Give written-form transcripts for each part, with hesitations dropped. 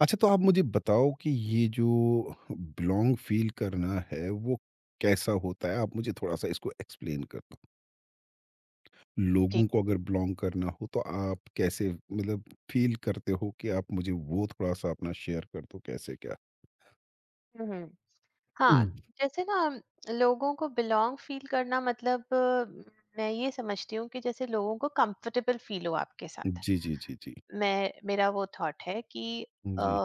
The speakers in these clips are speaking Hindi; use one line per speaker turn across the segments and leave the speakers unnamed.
अच्छा, तो आप मुझे बताओ कि ये जो बिलोंग फील करना है वो कैसा होता है? आप मुझे थोड़ा-सा इसको एक्सप्लेन कर दो।
जी।
लोगों को अगर बिलोंग करना हो तो आप कैसे मतलब फील करते हो कि आप मुझे वो थोड़ा-सा अपना शेयर कर दो, कैसे क्या?
हम्म। हाँ।
हुँ।
जैसे ना लोगों को बिलोंग फील करना मतलब मैं ये समझती हूँ कि जैसे लोगों को कंफर्टेबल फील हो आपके साथ।
जी, जी, जी, जी।
मैं मेरा वो थॉट है कि
जी।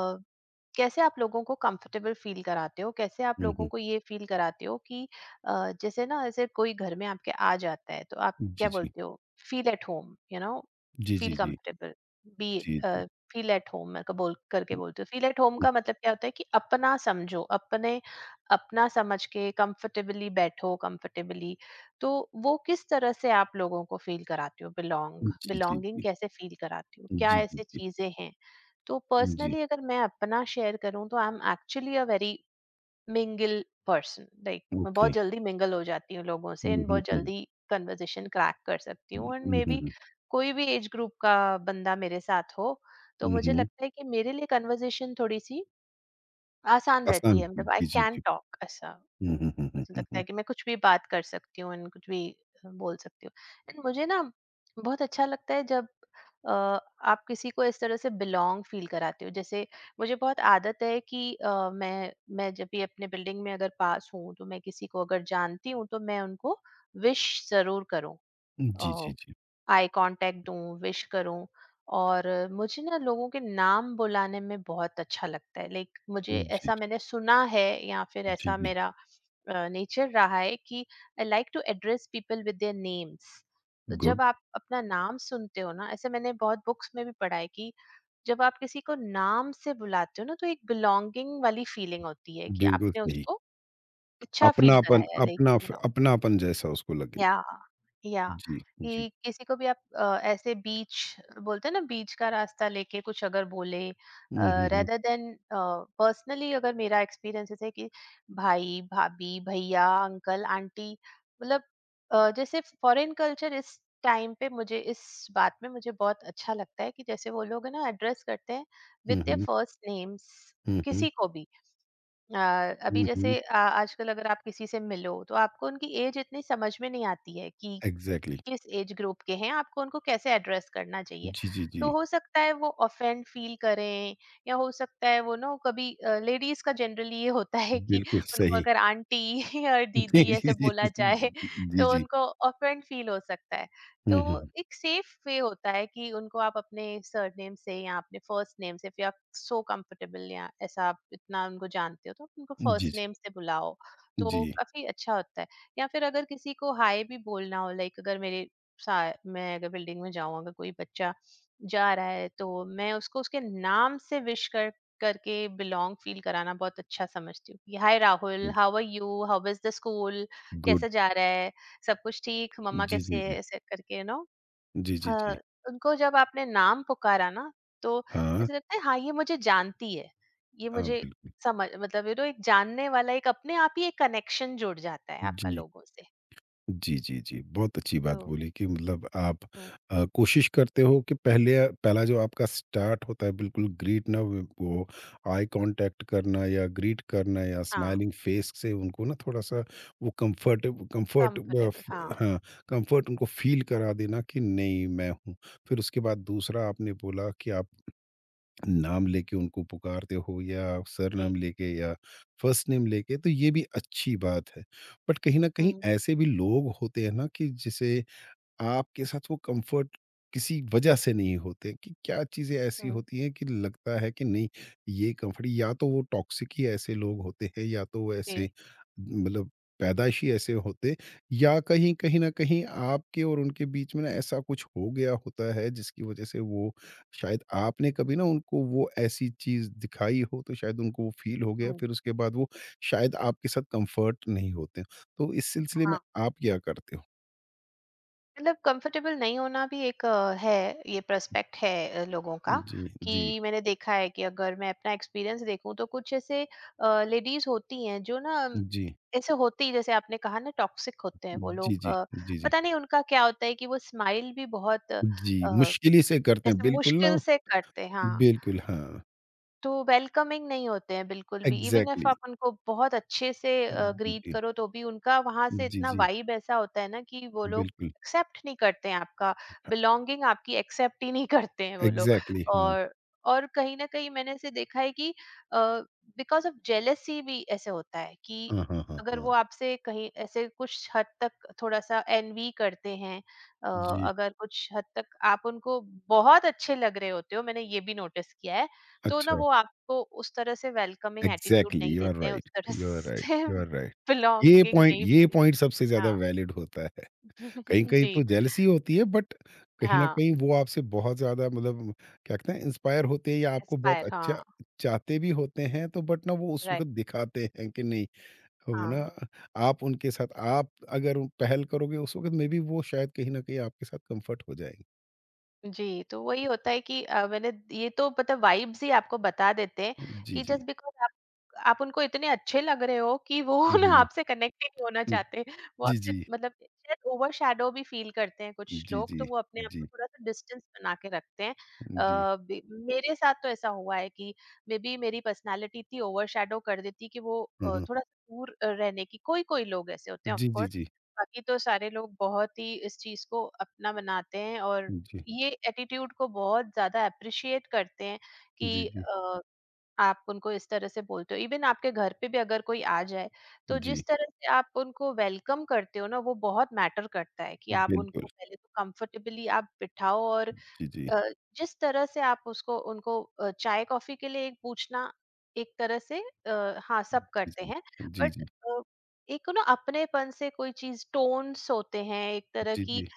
कैसे आप लोगों को कंफर्टेबल फील कराते हो? कैसे आप
हुँ,
लोगों
हुँ।
को ये फील कराते हो कि जैसे ना ऐसे कोई घर में आपके आ जाता है तो आप
जी,
क्या
जी।
बोलते हो? Feel at home, you know,
जी, जी,
फील
जी।
कंफर्टेबल, बी
जी, जी।
अ, फील एट होम मैं क बोल करके बोलते हो। फील एट होम
हुँ,
का मतलब क्या होता है कि अपना समझो, अपने अपना समझ के कंफर्टेबली बैठो, कंफर्टेबली। तो वो किस तरह से आप लोगों को फील कराते हो बिलॉन्ग?
हुँ। जी, जी,
बिलॉन्गिंग
जी।
कैसे फील कराते हो? क्या
जी, जी,
ऐसी
जी।
चीज़ें हैं? तो
जी।
पर्सनली अगर मैं अपना शेयर करूं तो I am actually a very mingle person like मैं
ओके।
बहुत जल्दी मिंगल हो जाती हूँ लोगों से
हुँ,
एंड
हुँ,
बहुत
हुँ।
जल्दी कन्वर्जेशन क्रैक कर सकती
हुँ,
हूँ एंड
हुँ,
मे बी
हुँ।
कोई भी एज ग्रुप का बंदा मेरे साथ हो तो
हुँ,
मुझे
हुँ।
लगता है कि मेरे लिए कन्वर्जेशन थोड़ी सी आसान रहती
आसान।
है मतलब आई
जी, जी,
कैन
जी।
टॉक ऐसा
हुँ,
मु-
हुँ, हुँ, हुँ,
मुझे
हुँ,
लगता
हुँ।
है कि मैं कुछ भी बात कर सकती हूँ and कुछ भी बोल सकती हूँ। And मुझे ना बहुत अच्छा लगता है जब अ, आप किसी को इस तरह से बिलोंग फील कराते हो। जैसे मुझे बहुत आदत है कि मैं जब भी अपने बिल्डिंग में अगर पास हूँ तो मैं किसी को अगर जानती हूँ तो मैं उनको विश जरूर करूँ,
जी, जी, जी।
आई कांटेक्ट दूं, विश करूं। और मुझे ना लोगों के नाम बुलाने में बहुत अच्छा लगता है। लाइक मुझे
जी,
ऐसा मैंने सुना है या फिर
जी,
ऐसा
जी।
मेरा नेचर रहा है कि I like to address people with their names.
Good,
जब आप अपना नाम सुनते हो ना, ऐसे मैंने बहुत बुक्स में भी पढ़ा है कि जब आप किसी को नाम से बुलाते हो ना, तो एक बिलॉन्गिंग वाली फीलिंग होती है कि
बिल्कुल
आपने
सही।
उसको अच्छा फील
अपनापन
कराया लाइक
अपना
यू
फ
नो,
अपनापन जैसा उसको लगे।
या या
जी, जी।
कि किसी को भी आप ऐसे बीच बोलते हैं ना बीच का रास्ता लेके कुछ अगर बोले
हुँ, हुँ, हुँ।
रेदर देन पर्सनली अगर मेरा एक्सपीरियंस है कि भाई भाभी भैया अंकल आंटी मतलब जैसे फॉरेन कल्चर इस टाइम पे मुझे इस बात में मुझे बहुत अच्छा लगता है कि जैसे वो लोग है ना एड्रेस करते हैं विद
हुँ,
देयर
हुँ।
फर्स्ट नेम्स
हुँ, हुँ।
किसी को भी अ, अभी
हुँ, हुँ।
जैसे आजकल अगर आप किसी से मिलो तो आपको उनकी एज इतनी समझ में नहीं आती है कि
एग्ज़ैक्टली।
किस एज ग्रुप के हैं, आपको उनको कैसे एड्रेस करना चाहिए।
जी, जी,
तो
जी।
हो सकता है वो ऑफेंड फील करें या हो सकता है वो ना कभी लेडीज़ का जनरली ये होता है कि
बिल्कुल
उनको
सही।
अगर आंटी या
जी,
दीदी ऐसे
जी, जी,
बोला
जी,
जाए
जी,
तो
जी।
उनको ऑफेंड फील हो सकता है। तो
हुँ, हुँ।
एक सेफ वे होता है कि उनको आप अपने सरनेम से या अपने फर्स्ट नेम से, फिर आप सो कंफर्टेबल या ऐसा आप इतना उनको जानते हो तो आप उनको
जी,
फर्स्ट
जी,
नेम से बुलाओ, तो
जी।
काफ़ी अच्छा होता है। या फिर अगर किसी को हाय भी बोलना हो लाइक अगर मेरे मैं अगर बिल्डिंग में जाऊं अगर कोई बच्चा जा रहा है तो मैं उसको उसके नाम से विश कर करके बिलोंग फील कराना बहुत अच्छा समझती हूँ कि hi Rahul how are you how is the school,
good.
कैसा जा रहा है, सब कुछ ठीक, मम्मा
जी,
कैसे
जी,
है,
जी।
ऐसे करके यू नो
जी, जी, जी।
उनको जब आपने नाम पुकारा ना तो
हाँ,
ऐसे लगता है हाँ ये मुझे जानती है, ये
हाँ,
मुझे
बिल्कुल।
समझ मतलब यू नो एक जानने वाला एक अपने आप ही एक कनेक्शन जुड़ जाता है आपका
जी।
लोगों से।
जी, जी, जी। बहुत अच्छी बात
तो
बोली कि मतलब आप
हुँ,
कोशिश करते हो कि पहले पहला जो आपका स्टार्ट होता है, बिल्कुल ग्रीट ना, व वो आई कॉन्टैक्ट करना या ग्रीट करना या
हाँ,
स्माइलिंग फ़ेस से उनको ना थोड़ा-सा वो कम्फ़र्ट, कम्फ़र्ट अ,
कम्फ़र्टेबल
फ
हाँ,
हाँ, कम्फ़र्ट उनको फ़ील करा देना कि नहीं, मैं हूँ। फिर उसके बाद दूसरा आपने बोला कि आप नाम लेके उनको पुकारते हो या सरनाम
जी।
लेके या फर्स्ट नेम लेके, तो ये भी अच्छी बात है। बट कहीं ना
हुँ,
कहीं ऐसे भी लोग होते हैं ना कि जिसे आपके साथ वो कंफर्ट किसी वजह से नहीं होते, कि क्या चीज़ें ऐसी
हुँ,
होती हैं कि लगता है कि नहीं, ये कंफर्ट। या तो वो टॉक्सिक ही ऐसे लोग होते हैं, या तो वो
जी,
ऐसे मतलब पैदाइश ही ऐसे होते, या कहीं कहीं ना कहीं आपके और उनके बीच में ना ऐसा कुछ हो गया होता है जिसकी वजह से वो, शायद आपने कभी ना उनको वो ऐसी चीज़ दिखाई हो तो शायद उनको वो फील हो गया।
हुँ,
फिर उसके बाद वो शायद आपके साथ कंफर्ट नहीं होते। तो इस सिलसिले में
हाँ,
आप क्या करते हो?
मतलब कम्फ़र्टेबल नहीं होना भी एक है, ये पर्सपेक्ट है लोगों का
जी, जी,
कि मैंने देखा है कि अगर मैं अपना एक्सपीरियंस देखूँ तो कुछ ऐसे लेडीज़ होती हैं जो ना
जी।
ऐसे होती हैं जैसे आपने कहा ना टॉक्सिक होते हैं वो
जी,
लोग।
जी। जी, जी।
पता नहीं उनका क्या होता है कि वो स्माइल भी बहुत
जी, मुश्किल ही से करते हैं,
जैसे
बिल्कुल
मुश्किल
ना।
से करते हैं हाँ,
बिल्कुल, हाँ।
तो वेलकमिंग नहीं होते हैं बिल्कुल भी, इवन इफ
एग्ज़ैक्टली।
आप उनको बहुत अच्छे से
जी,
ग्रीट
जी।
करो तो भी उनका वहां से
जी,
इतना
जी,
वाइब ऐसा होता है ना कि वो लोग
बिल्कुल।
एक्सेप्ट नहीं करते हैं आपका, बिलोंगिंग आपकी एक्सेप्ट ही नहीं करते हैं वो लोग।
एग्ज़ैक्टली, हाँ।
और और कहीं ना कहीं मैंने ऐसे देखा है कि बिकॉज ऑफ जेलेसी भी ऐसे होता है कि
हाँ, हाँ, हाँ,
अगर वो
हाँ।
आपसे कहीं ऐसे कुछ हद तक थोड़ा सा एनवी करते हैं, अ,
जी,
अगर कुछ हद तक आप उनको बहुत अच्छे लग रहे होते हो मैंने ये भी नोटिस किया है तो ना
अच्छा।
वो आपको उस तरह से वेलकमिंग एटीट्यूड
एग्ज़ैक्टली,
नहीं
यू आर
देते हैं, उस
राइट,
तरह
यू आर राइट,
से
यू आर राइट। ये
बिलॉन्गिंग
पॉइंट,
नहीं
ये
फील।
पॉइंट सबसे ज़्यादा
हाँ।
वैलिड होता है। कहीं-कहीं
जी,
तो जेलसी होती है, बट कहीं न
हाँ,
कहीं वो आपसे बहुत ज़्यादा, मतलब क्या कहते हैं, इंस्पायर होते हैं, या आपको बहुत
एस्पायर
अच्छा
हाँ,
चाहते भी होते हैं, तो बट ना वो उस
राइट,
वक़्त दिखाते हैं कि नहीं हो
हाँ।
ना, आप उनके साथ आप अगर पहल करोगे उस वक़्त में भी, वो शायद कहीं न कहीं आपके साथ कम्फ़र्ट हो जाएँगे।
जी, तो वही होता है कि मैंने ये तो मतलब वाइब्स ही आपको बता देते हैं
जी,
कि
जी।
जस्ट बिकॉज़ आप उनको इतने अच्छे लग रहे हो कि वो
हुँ,
ना
हुँ।
आपसे कनेक्ट ही नहीं होना
हुँ,
चाहते। वो
जी,
आपसे
जी।
मतलब शायद ओवरशैडो भी फ़ील करते हैं कुछ
जी,
लोग,
जी।
तो वो अपने आप
जी,
को थोड़ा-सा डिस्टेंस बना के रखते हैं।
जी।
अ, बे मेरे साथ तो ऐसा हुआ है कि मेबी मेरी पर्सनैलिटी इतनी ओवरशैडो कर देती कि वो
हुँ, हुँ।
थोड़ा-सा दूर रहने की कोई-कोई लोग ऐसे होते हैं ऑफ
जी, जी,
कोर्स,
जी।
बाकी तो सारे लोग बहुत ही इस चीज़ को अपना बनाते हैं और
जी,
ये एटीट्यूड को बहुत ज़्यादा एप्रिशिएट करते हैं
जी,
कि
जी।
आप उनको इस तरह से बोलते हो। इवन आपके घर पे भी अगर कोई आ जाए, तो
जी,
जिस तरह से आप उनको वेलकम करते हो ना, वो बहुत मैटर करता है कि आप
बिल्कुल।
उनको पहले तो कम्फर्टेबली आप बिठाओ और
जी, जी।
अ, जिस तरह से आप उसको उनको चाय कॉफी के लिए एक पूछना एक तरह से हाँ सब
जी,
करते
जी।
हैं
जी,
बट
जी।
एक ना अपनेपन से कोई चीज टोन्स होते हैं एक तरह
जी,
की,
जी।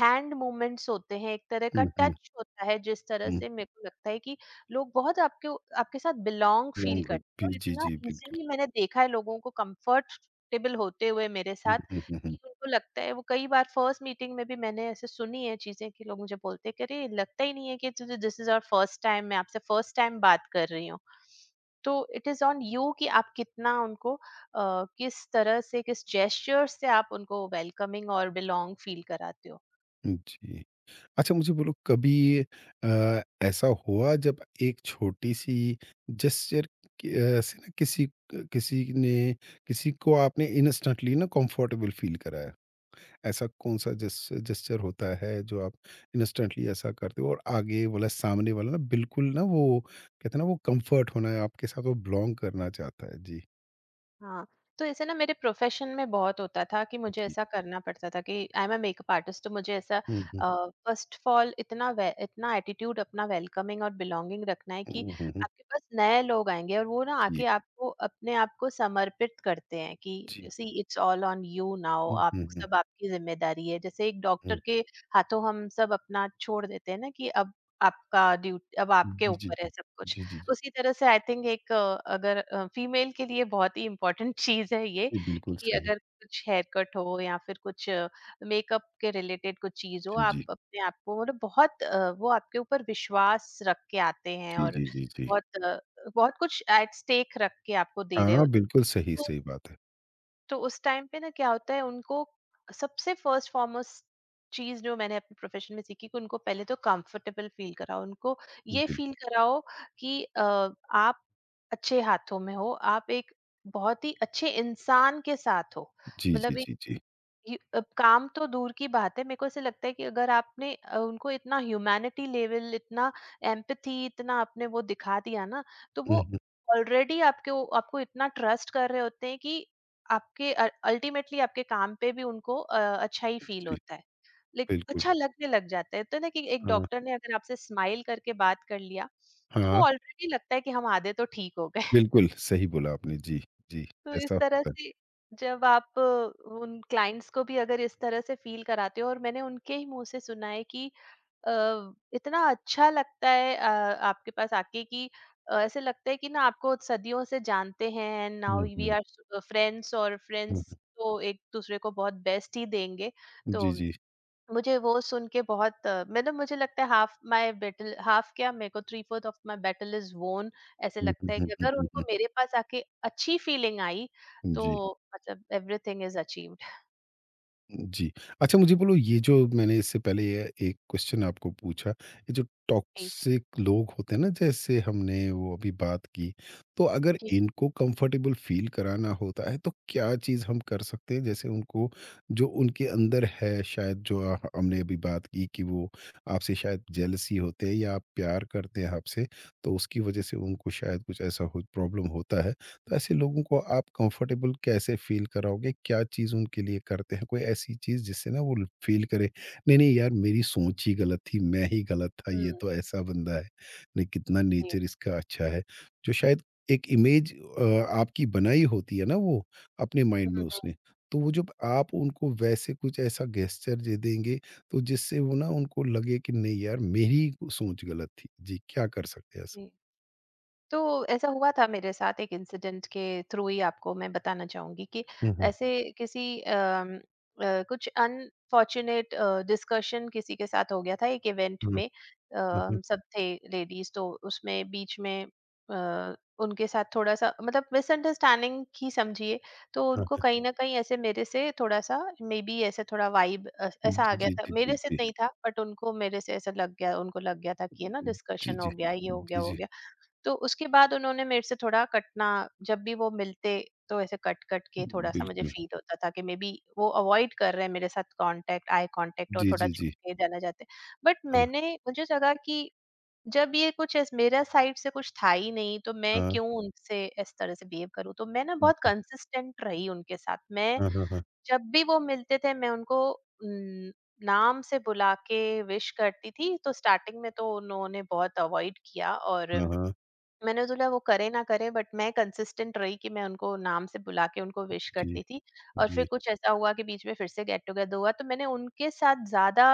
हैंड मूवमेंट्स होते हैं एक तरह का
हुँ, हुँ,
टच होता है जिस तरह
हुँ।
से मेरे को लगता है कि लोग बहुत आपके आपके साथ बिलोंग फील
लॉन्ग
करते
होती,
हैं
जी,
और
जी,
इतना
जी, बिल्कुल।
इजीली मैंने देखा है लोगों को कंफर्टेबल होते हुए मेरे
हुँ,
साथ
हुँ, हुँ, हुँ।
कि उनको लगता है वो कई बार फर्स्ट मीटिंग में भी मैंने ऐसे सुनी है चीजें कि लोग मुझे बोलते हैं कि अरे लगता ही नहीं है कि this is our first time, मैं आपसे फर्स्ट टाइम बात कर रही हूँ। तो इट इज ऑन यू कि आप कितना उनको किस तरह से किस जेस्चर से आप उनको वेलकमिंग और बिलोंग फील कराते हो।
जी। अच्छा, मुझे बोलो कभी अ, ऐसा हुआ जब एक छोटी-सी जेस्चर कि, से ना किसी, क किसी ने किसी को आपने इंस्टेंटली ना कंफर्टेबल फ़ील कराया? ऐसा कौन-सा जेस्चर होता है जो आप इंस्टेंटली ऐसा करते हो और आगे वाला, सामने वाला ना बिल्कुल ना, वो कहते हैं ना, वो कंफर्ट होना है आपके साथ, वो बिलॉन्ग करना चाहता है? जी।
हाँ, तो ऐसे ना मेरे प्रोफ़ेशन में बहुत होता था कि मुझे
जी।
ऐसा करना पड़ता था कि I am a makeup artist तो मुझे ऐसा
हुँ, हुँ।
फ़र्स्ट ऑफ़ ऑल इतना वे इतना एटीट्यूड अपना वेलकमिंग और बिलॉन्गिंग रखना है कि
हुँ, हुँ, हुँ।
आपके पास नए लोग आएँगे और वो ना
जी,
आके आपको अपने आप को समर्पित करते हैं
जी।
कि see it's all on you now,
हुँ,
आप
हुँ, हुँ,
सब आपकी ज़िम्मेदारी है। जैसे एक
हुँ।
डॉक्टर के हाथों हम सब अपना छोड़ देते हैं ना कि अब आपका ड्यू अब आपके
जी, जी,
ऊपर है
जी।
सब कुछ।
जी, जी, जी।
उसी तरह से आई थिंक एक अगर अगर फीमेल के लिए बहुत ही इम्पोर्टेंट चीज़ है ये
जी, बिल्कुल
कि
सही।
अगर कुछ हेयर कट हो या फिर कुछ मेकअप के रिलेटेड कुछ चीज़ हो,
जी,
आप
जी।
अपने आप को मतलब बहुत वो आपके ऊपर विश्वास रख के आते हैं
जी,
और
जी, जी, जी।
बहुत बहुत कुछ एट स्टेक रख के आपको दे रहे
हाँ,
हो।
बिल्कुल सही,
तो
सही बात है।
तो उस टाइम पे ना क्या होता है उनको सबसे फर्स्ट फॉरमोस्ट चीज जो मैंने अपने प्रोफेशन में सीखी कि उनको पहले तो कंफर्टेबल फील कराओ, उनको ये
बिल्कुल,
फील कराओ कि आप अच्छे हाथों में हो, आप एक बहुत ही अच्छे इंसान के साथ हो,
जी, जी,
मतलब एक
जी, जी।
यू अब काम तो दूर की बात है। मेरे को ऐसे लगता है कि अगर आपने उनको इतना ह्यूमैनिटी लेवल, इतना एम्पैथी, इतना आपने वो दिखा दिया ना तो
हुँ,
वो
हुँ,
ऑलरेडी आपको इतना ट्रस्ट कर रहे होते हैं कि आपके अल्टीमेटली आपके काम पे भी उनको अच्छा ही फील
जी,
होता है लाइक
बिल्कुल।
अच्छा लगने लग जाता है। तो ना कि एक
हाँ,
डॉक्टर ने अगर आपसे स्माइल करके बात कर लिया तो वो
हाँ,
ऑलरेडी लगता है कि हम आधे तो ठीक हो गए।
बिल्कुल सही बोला आपने। जी, जी,
तो इस
ऐसा
तरह
होता है।
से जब आप उन क्लाइंट्स को भी अगर इस तरह से फील कराते हो और मैंने उनके ही मुंह से सुना है कि अ, इतना अच्छा लगता है आपके पास आके कि ऐसे लगता है कि ना आपको सदियों से जानते हैं and now
hmm,
we
hmm,
are friends और
हुँ,
फ्रेंड्स
हुँ।
तो एक दूसरे को बहुत बेस्ट ही देंगे। तो
जी, जी।
मुझे वो सुन के बहुत मतलब मुझे लगता है हाफ माय बैटल, हाफ क्या, मेरे को three fourth of my battle is won. ऐसे
हुँ, हुँ,
लगता है
हुँ,
कि
हुँ,
अगर
हुँ, हुँ।
उनको मेरे पास आके अच्छी फीलिंग आई तो
जी।
मतलब एवरीथिंग इज अचीव्ड।
जी। अच्छा, मुझे बोलो, ये जो मैंने इससे पहले ये एक क्वेश्चन आपको पूछा, ये जो
जी।
टॉक्सिक लोग होते हैं ना, जैसे हमने वो अभी बात की, तो अगर
जी।
इनको कंफर्टेबल फ़ील कराना होता है तो क्या चीज़ हम कर सकते हैं? जैसे उनको जो उनके अंदर है, शायद जो, हमने अभी बात की कि वो आपसे शायद जेलसी होते हैं या आप प्यार करते हैं आपसे, तो उसकी वज़ह से उनको शायद कुछ ऐसा हो, प्रॉब्लम होता है। तो ऐसे लोगों को आप कंफर्टेबल कैसे फील कराओगे? क्या चीज़ उनके लिए करते हैं? कोई ऐसी चीज़ जिससे ना वो ल फील करे, "नहीं, नहीं यार, मेरी सोच ही गलत थी, मैं ही गलत था, ये
हम्म।
तो ऐसा बंदा है। नहीं, कितना
जी।
नेचर इसका अच्छा है।" जो शायद एक इमेज, अ, आपकी बनाई होती है ना, वो अपने माइंड में
हम्म,
उसने, तो वो जब आप उनको वैसे कुछ ऐसा गेस्चर दे देंगे तो जिससे वो ना, उनको लगे कि नहीं यार, मेरी सोच गलत थी। जी, क्या कर सकते हैं ऐसा?
जी। तो ऐसा हुआ था मेरे साथ एक इंसिडेंट के थ्रू ही आपको मैं बताना चाहूंगी कि
हुँ, हुँ।
ऐसे किसी कुछ अनफॉर्चुनेट डिस्कशन किसी के साथ हो गया था एक इवेंट
हुँ,
में
हुँ, हुँ।
हम सब थे लेडीज तो उसमें बीच में उनके साथ थोड़ा सा मतलब मिसअंडरस्टैंडिंग ही समझिए। तो
हाँ।
उनको कहीं ना कहीं ऐसे मेरे से थोड़ा सा मे बी ऐसे थोड़ा वाइब ऐसा आ
जी,
गया
जी,
था।
जी, जी,
मेरे से
जी।
नहीं था बट उनको मेरे से ऐसा लग गया, उनको लग गया था कि है ना
जी,
डिस्कशन हो
जी।
गया ये हो
जी,
गया वो हो
जी।
गया। तो उसके बाद उन्होंने मेरे से थोड़ा कटना, जब भी वो मिलते तो ऐसे कट कट के थोड़ा-सा मुझे
बिल्कुल।
फील होता था कि मे बी वो अवॉइड कर रहे हैं मेरे साथ कॉन्टैक्ट, आई कॉन्टैक्ट, और
जी,
थोड़ा
जी,
चुप
जी।
के जाना चाहते हैं। बट
हाँ,
मैंने मुझे लगा कि जब ये कुछ ऐस मेरा साइड से कुछ था ही नहीं तो मैं
हाँ,
क्यों उनसे इस तरह से बिहेव करूँ? तो मैं ना बहुत
जी।
कंसिस्टेंट रही उनके साथ। मैं
हाँ, हाँ, हाँ।
जब भी वो मिलते थे मैं उनको नाम से बुला के विश करती थी। तो स्टार्टिंग में तो उन्होंने बहुत अवॉइड किया और
हाँ, हाँ।
मैंने बोला वो करे ना करे बट मैं कंसिस्टेंट रही कि मैं उनको नाम से बुला के उनको विश
जी,
करती थी। और फिर
जी।
कुछ ऐसा हुआ कि बीच में फिर से गेट टुगेदर हुआ तो मैंने उनके साथ ज्यादा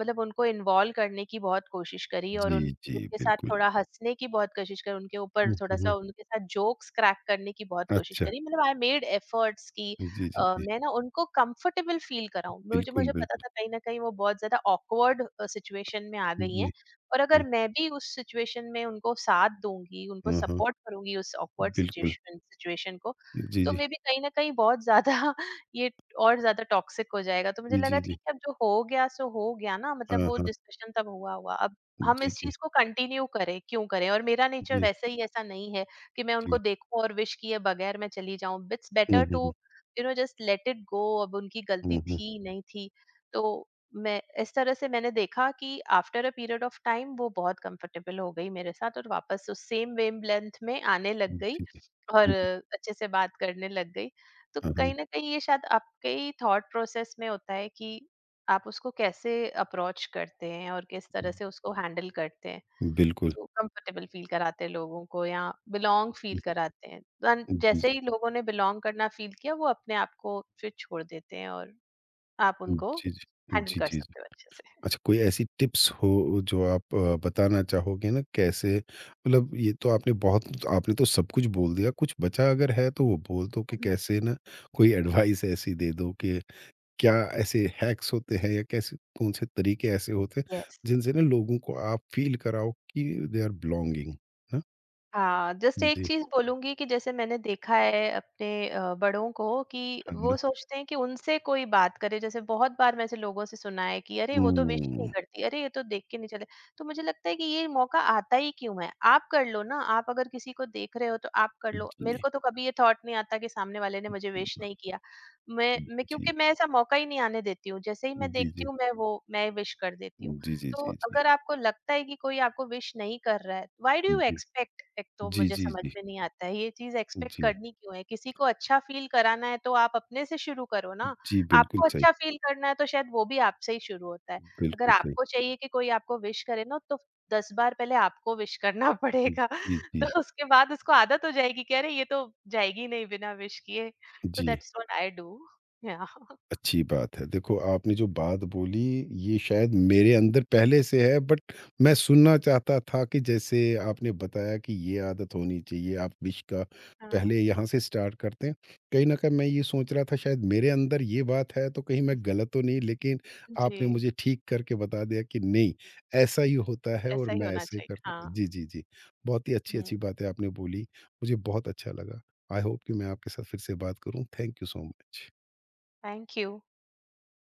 मतलब उनको इन्वॉल्व करने की बहुत कोशिश करी और
जी,
उन
जी,
उनके साथ
बिल्कुल।
थोड़ा हंसने की बहुत कोशिश करी, उनके ऊपर
हुँ,
थोड़ा
हुँ,
सा
हुँ।
उनके साथ जोक्स क्रैक करने की बहुत कोशिश
अच्छा।
करी। मतलब आई मेड एफर्ट्स कि
जी, जी, जी।
मैं ना उनको कंफर्टेबल फील कराऊं। मुझे
बिल्कुल,
मुझे पता
बिल्कुल।
था कहीं ना कहीं वो बहुत ज्यादा ऑकवर्ड सिचुएशन में आ गई
जी,
हैं। और अगर
जी।
मैं भी उस सिचुएशन में उनको साथ दूंगी, उनको
हाँ, हाँ।
सपोर्ट करूंगी उस ऑकवर्ड
बिल्कुल।
सिचुएशन सिचुएशन को,
जी,
तो
जी।
मे बी कहीं न कहीं बहुत ज़्यादा ये और ज़्यादा टॉक्सिक हो जाएगा। तो मुझे
जी,
लगा
जी,
ठीक
जी।
है, अब जो हो गया सो हो गया ना, मतलब
हाँ,
वो
हाँ।
डिस्कशन तब हुआ हुआ। अब हम
जी,
इस
जी।
चीज़ को कंटिन्यू करें, क्यों करें? और मेरा नेचर
जी,
वैसे ही ऐसा नहीं है कि मैं
जी।
उनको देखूँ और विश किए बगैर मैं चली जाऊँ। It's
hmm,
better
hmm, hmm.
To you know just let it go, अब उनकी गलती
हुँ, हुँ।
थी, नहीं थी। तो मैं इस तरह से, मैंने देखा कि after a period of time वो बहुत कंफर्टेबल हो गई मेरे साथ और वापस उस सेम वेवलेंथ में आने लग गई
जी, जी।
और
जी, जी।
अच्छे से बात करने लग गई। तो
हाँ, हाँ।
कहीं न कहीं ये शायद आपके ही थॉट प्रोसेस में होता है कि आप उसको कैसे अप्रोच करते हैं और किस तरह से उसको हैंडल करते हैं।
बिल्कुल।
तो कंफर्टेबल फील कराते हैं लोगों को या बिलॉन्ग फील
जी,
कराते हैं। And
जी, जी।
जैसे ही लोगों ने बिलॉन्ग करना फील किया वो अपने आप को फिर छोड़ देते हैं और आप उनको
जी, जी।
हैंडल
जी,
कर
जी।
सकते हो अच्छे से।
अच्छा, कोई ऐसी टिप्स हो जो आप बताना चाहोगे ना, कैसे, मतलब ये तो आपने बहुत, आपने तो सब कुछ बोल दिया, कुछ बचा अगर है तो
हुँ।
वो बोल दो कि
हुँ।
कैसे ना, कोई एडवाइस ऐसी दे दो कि क्या ऐसे हैक्स होते हैं, या कैसे, कौन से तरीके ऐसे होते हैं,
यस।
जिनसे ना लोगों को आप फ़ील कराओ कि दे आर बिलॉन्गिंग ना?
हाँ, जस्ट एक
जी,
चीज़ बोलूँगी कि जैसे मैंने देखा है अपने बड़ों को कि
है
वो
ना?
सोचते हैं कि उनसे कोई बात करे। जैसे बहुत बार मैं ऐसे लोगों से सुना है कि अरे, वो तो विश ही नहीं
हुँ,
करती, अरे, ये तो देख के नहीं चले। तो मुझे लगता है कि ये मौका आता ही क्यों है? आप कर लो ना, आप अगर किसी को देख रहे हो तो आप कर लो। मेरे
जी,
को तो कभी ये थॉट नहीं आता कि सामने वाले ने मुझे
जी,
विश नहीं किया। मैं क्योंकि
जी,
मैं ऐसा मौका ही नहीं आने देती हूँ, जैसे ही मैं देखती
जी,
हूँ मैं विश कर देती हूँ।
जी, जी, जी,
तो
जी, जी, जी,
अगर आपको लगता है कि कोई आपको विश नहीं कर रहा है, व्हाई डू यू एक्सपेक्ट? एक तो
जी,
मुझे समझ
जी,
में नहीं आता है ये चीज एक्सपेक्ट
जी,
करनी क्यों है। किसी को अच्छा फील कराना है तो आप अपने से शुरू करो ना।
जी, बिल्कुल
आपको
सही,
अच्छा फील करना है तो शायद वो भी आपसे ही शुरू होता है। अगर
बिल्कुल सही।
आपको चाहिए कि कोई आपको विश करे ना तो 10 बार पहले आपको विश करना पड़ेगा।
जी, जी।
तो उसके बाद उसको आदत हो जाएगी कि अरे ये तो जाएगी नहीं बिना विश किए। तो
जी।
दैट्स व्हाट आई डू या
अच्छी बात है। देखो, आपने जो बात बोली, ये शायद मेरे अंदर पहले से है, बट मैं सुनना चाहता था कि जैसे आपने बताया कि ये आदत होनी चाहिए, आप विश का
हाँ।
पहले यहाँ से स्टार्ट करते हैं। कहीं न कहीं मैं ये सोच रहा था, शायद मेरे अंदर ये बात है तो कहीं मैं गलत तो नहीं, लेकिन
जी।
आपने मुझे ठीक करके बता दिया कि नहीं, ऐसा ही होता है और
ऐसा ही
मैं
होना
ऐसे ही
चाहिए
करता हूँ।
हाँ।
जी, जी, जी। बहुत ही अच्छी-अच्छी
हम्म।
बातें आपने बोली, मुझे बहुत अच्छा लगा। आई होप कि मैं आपके साथ फिर से बात करूँ। Thank you so much.
Thank you.